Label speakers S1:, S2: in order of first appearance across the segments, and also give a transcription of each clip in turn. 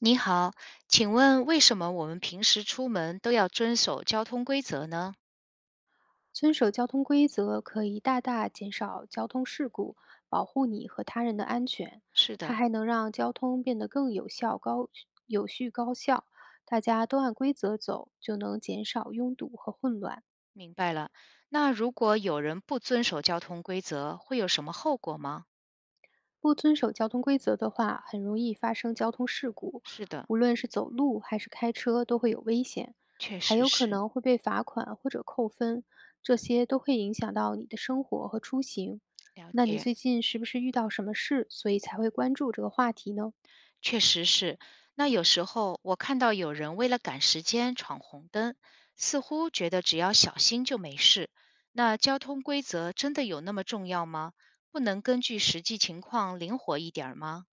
S1: 你好，请问为什么我们平时出门都要遵守交通规则呢？
S2: 遵守交通规则可以大大减少交通事故，保护你和他人的安全。
S1: 是
S2: 它
S1: 的，
S2: 还能让交通变得更有效、高有序、高效。大家都按规则走，就能减少拥堵和混乱。
S1: 明白了。那如果有人不遵守交通规则，会有什么后果吗？
S2: 不遵守交通规则的话，很容易发生交通事故，
S1: 是的，
S2: 无论是走路还是开车都会有危险，
S1: 确
S2: 还
S1: 实
S2: 有可
S1: 是，
S2: 能会被罚款或者扣分，这些都会影响到你的生活和出行。
S1: 了
S2: 那你
S1: 解，
S2: 最近是不是遇到什么事，所以才会关注这个话题呢？
S1: 确实是。那有时候我看到有人为了赶时间闯红灯，似乎觉得只要小心就没事。那交通规则真的有那么重要吗？不能根据实际情况灵活一点儿吗？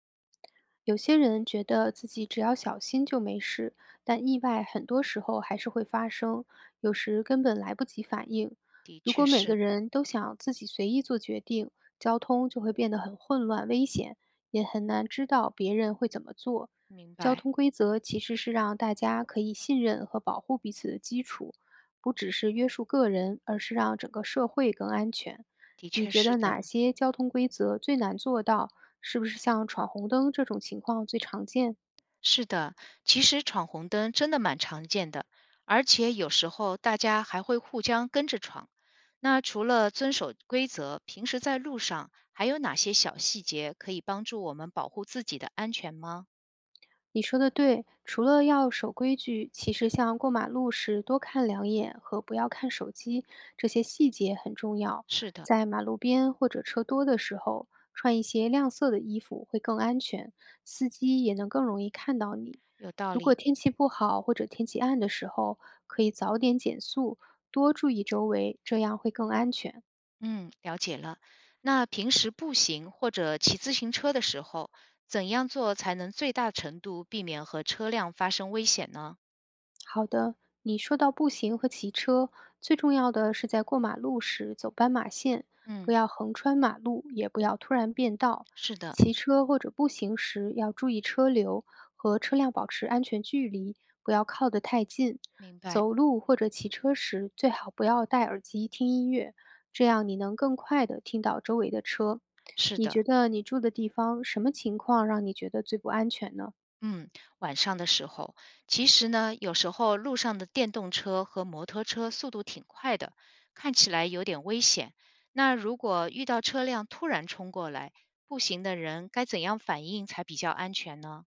S2: 有些人觉得自己只要小心就没事，但意外很多时候还是会发生，有时根本来不及反应。
S1: 的
S2: 如
S1: 确
S2: 果每个
S1: 是，
S2: 人都想自己随意做决定，交通就会变得很混乱、危险，也很难知道别人会怎么做。
S1: 明
S2: 交
S1: 白。
S2: 通规则其实是让大家可以信任和保护彼此的基础，不只是约束个人，而是让整个社会更安全。
S1: 的
S2: 你
S1: 确
S2: 觉
S1: 是
S2: 得
S1: 的，
S2: 哪些交通规则最难做到？是不是像闯红灯这种情况最常见？
S1: 是的。其实闯红灯真的蛮常见的，而且有时候大家还会互相跟着闯。那除了遵守规则，平时在路上还有哪些小细节可以帮助我们保护自己的安全吗？
S2: 你说的对，除了要守规矩，其实像过马路时多看两眼和不要看手机，这些细节很重要。
S1: 是的，
S2: 在马路边或者车多的时候，穿一些亮色的衣服会更安全，司机也能更容易看到你。
S1: 有道
S2: 如果
S1: 理。
S2: 天气不好或者天气暗的时候，可以早点减速，多注意周围，这样会更安全。
S1: 嗯，了解了。那平时步行或者骑自行车的时候，怎样做才能最大程度避免和车辆发生危险呢？
S2: 好的，你说到步行和骑车，最重要的是在过马路时走斑马线，
S1: 嗯，
S2: 不要横穿马路，也不要突然变道。
S1: 是的，
S2: 骑车或者步行时要注意车流和车辆保持安全距离，不要靠得太近。
S1: 明白，
S2: 走路或者骑车时最好不要戴耳机听音乐，这样你能更快地听到周围的车。
S1: 是
S2: 你
S1: 的。
S2: 觉得你住的地方什么情况让你觉得最不安全呢？
S1: 嗯，晚上的时候，其实呢，有时候路上的电动车和摩托车速度挺快的，看起来有点危险。那如果遇到车辆突然冲过来，步行的人该怎样反应才比较安全呢？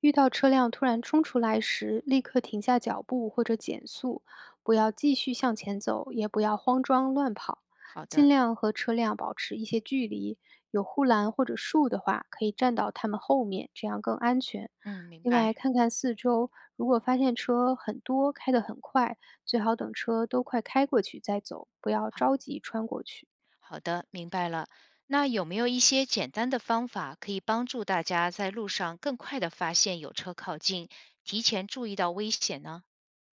S2: 遇到车辆突然冲出来时，立刻停下脚步或者减速，不要继续向前走，也不要慌张乱跑，
S1: 好
S2: 尽
S1: 的，
S2: 量和车辆保持一些距离。有护栏或者树的话，可以站到它们后面，这样更安全。
S1: 嗯，明
S2: 另
S1: 白。
S2: 外，看看四周，如果发现车很多，开得很快，最好等车都快开过去再走，不要
S1: 好，
S2: 着急穿过去。
S1: 好的，明白了。那有没有一些简单的方法可以帮助大家在路上更快的发现有车靠近，提前注意到危险呢？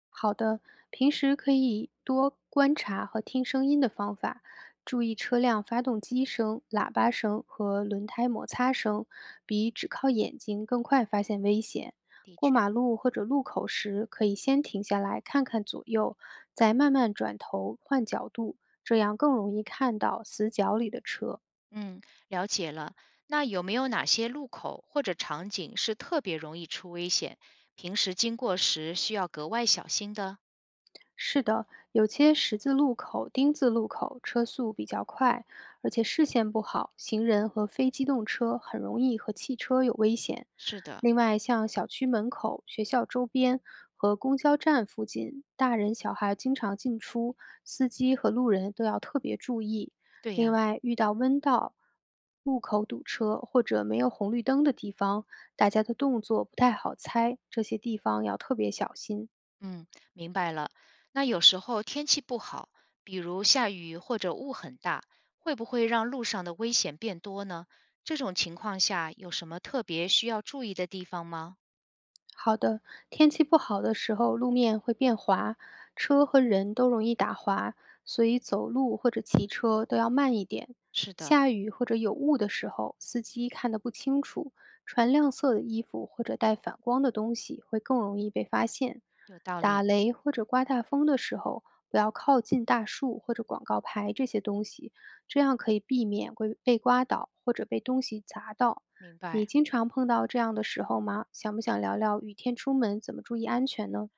S2: 好的，平时可以多观察和听声音的方法，注意车辆发动机声、喇叭声和轮胎摩擦声，比只靠眼睛更快发现危险。
S1: 的
S2: 过马路或者路口时，可以先停下来看看左右，再慢慢转头换角度，这样更容易看到死角里的车。
S1: 嗯，了解了。那有没有哪些路口或者场景是特别容易出危险，平时经过时需要格外小心的？
S2: 是的，有些十字路口、丁字路口车速比较快，而且视线不好，行人和非机动车很容易和汽车有危险。
S1: 是的，
S2: 另外，像小区门口、学校周边和公交站附近，大人小孩经常进出，司机和路人都要特别注意。
S1: 对
S2: 另
S1: 呀，
S2: 外，遇到弯道、路口堵车或者没有红绿灯的地方，大家的动作不太好猜，这些地方要特别小心。
S1: 嗯，明白了。那有时候天气不好，比如下雨或者雾很大，会不会让路上的危险变多呢？这种情况下有什么特别需要注意的地方吗？
S2: 好的，天气不好的时候，路面会变滑，车和人都容易打滑，所以走路或者骑车都要慢一点。
S1: 是的，
S2: 下雨或者有雾的时候，司机看得不清楚，穿亮色的衣服或者带反光的东西会更容易被发现。
S1: 有道
S2: 打
S1: 理，
S2: 雷或者刮大风的时候，不要靠近大树或者广告牌这些东西，这样可以避免会被刮倒或者被东西砸到。
S1: 明
S2: 你
S1: 白。
S2: 经常碰到这样的时候吗？想不想聊聊雨天出门怎么注意安全呢？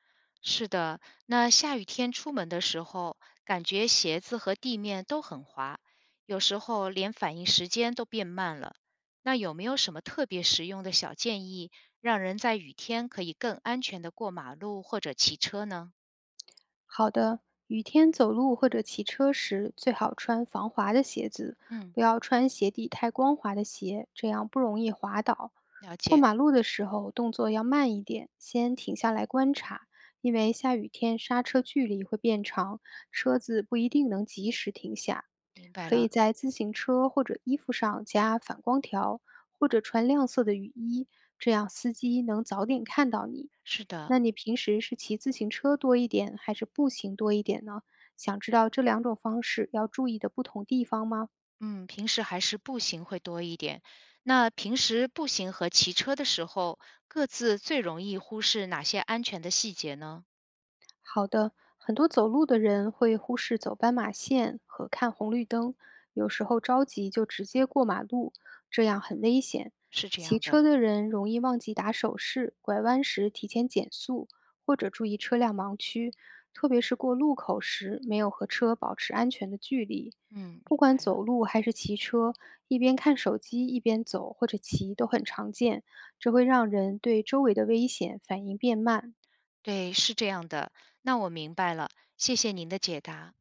S1: 是的，那下雨天出门的时候，感觉鞋子和地面都很滑，有时候连反应时间都变慢了。那有没有什么特别实用的小建议，让人在雨天可以更安全的过马路或者骑车呢？
S2: 好的，雨天走路或者骑车时，最好穿防滑的鞋子，
S1: 嗯，
S2: 不要穿鞋底太光滑的鞋，这样不容易滑倒。
S1: 了
S2: 过
S1: 解，
S2: 马路的时候，动作要慢一点，先停下来观察，因为下雨天刹车距离会变长，车子不一定能及时停下。
S1: 明白
S2: 可以
S1: 了。
S2: 在自行车或者衣服上加反光条，或者穿亮色的雨衣，这样司机能早点看到你。
S1: 是的，
S2: 那你平时是骑自行车多一点，还是步行多一点呢？想知道这两种方式要注意的不同地方吗？
S1: 嗯，平时还是步行会多一点。那平时步行和骑车的时候，各自最容易忽视哪些安全的细节呢？
S2: 好的，很多走路的人会忽视走斑马线和看红绿灯，有时候着急就直接过马路，这样很危险。
S1: 是这
S2: 骑
S1: 样的，
S2: 车的人容易忘记打手势，拐弯时提前减速，或者注意车辆盲区，特别是过路口时没有和车保持安全的距离。
S1: 嗯，明
S2: 不管
S1: 白了。
S2: 走路还是骑车，一边看手机一边走或者骑都很常见，这会让人对周围的危险反应变慢。
S1: 对，是这样的。那我明白了，谢谢您的解答。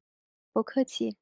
S2: 不客气。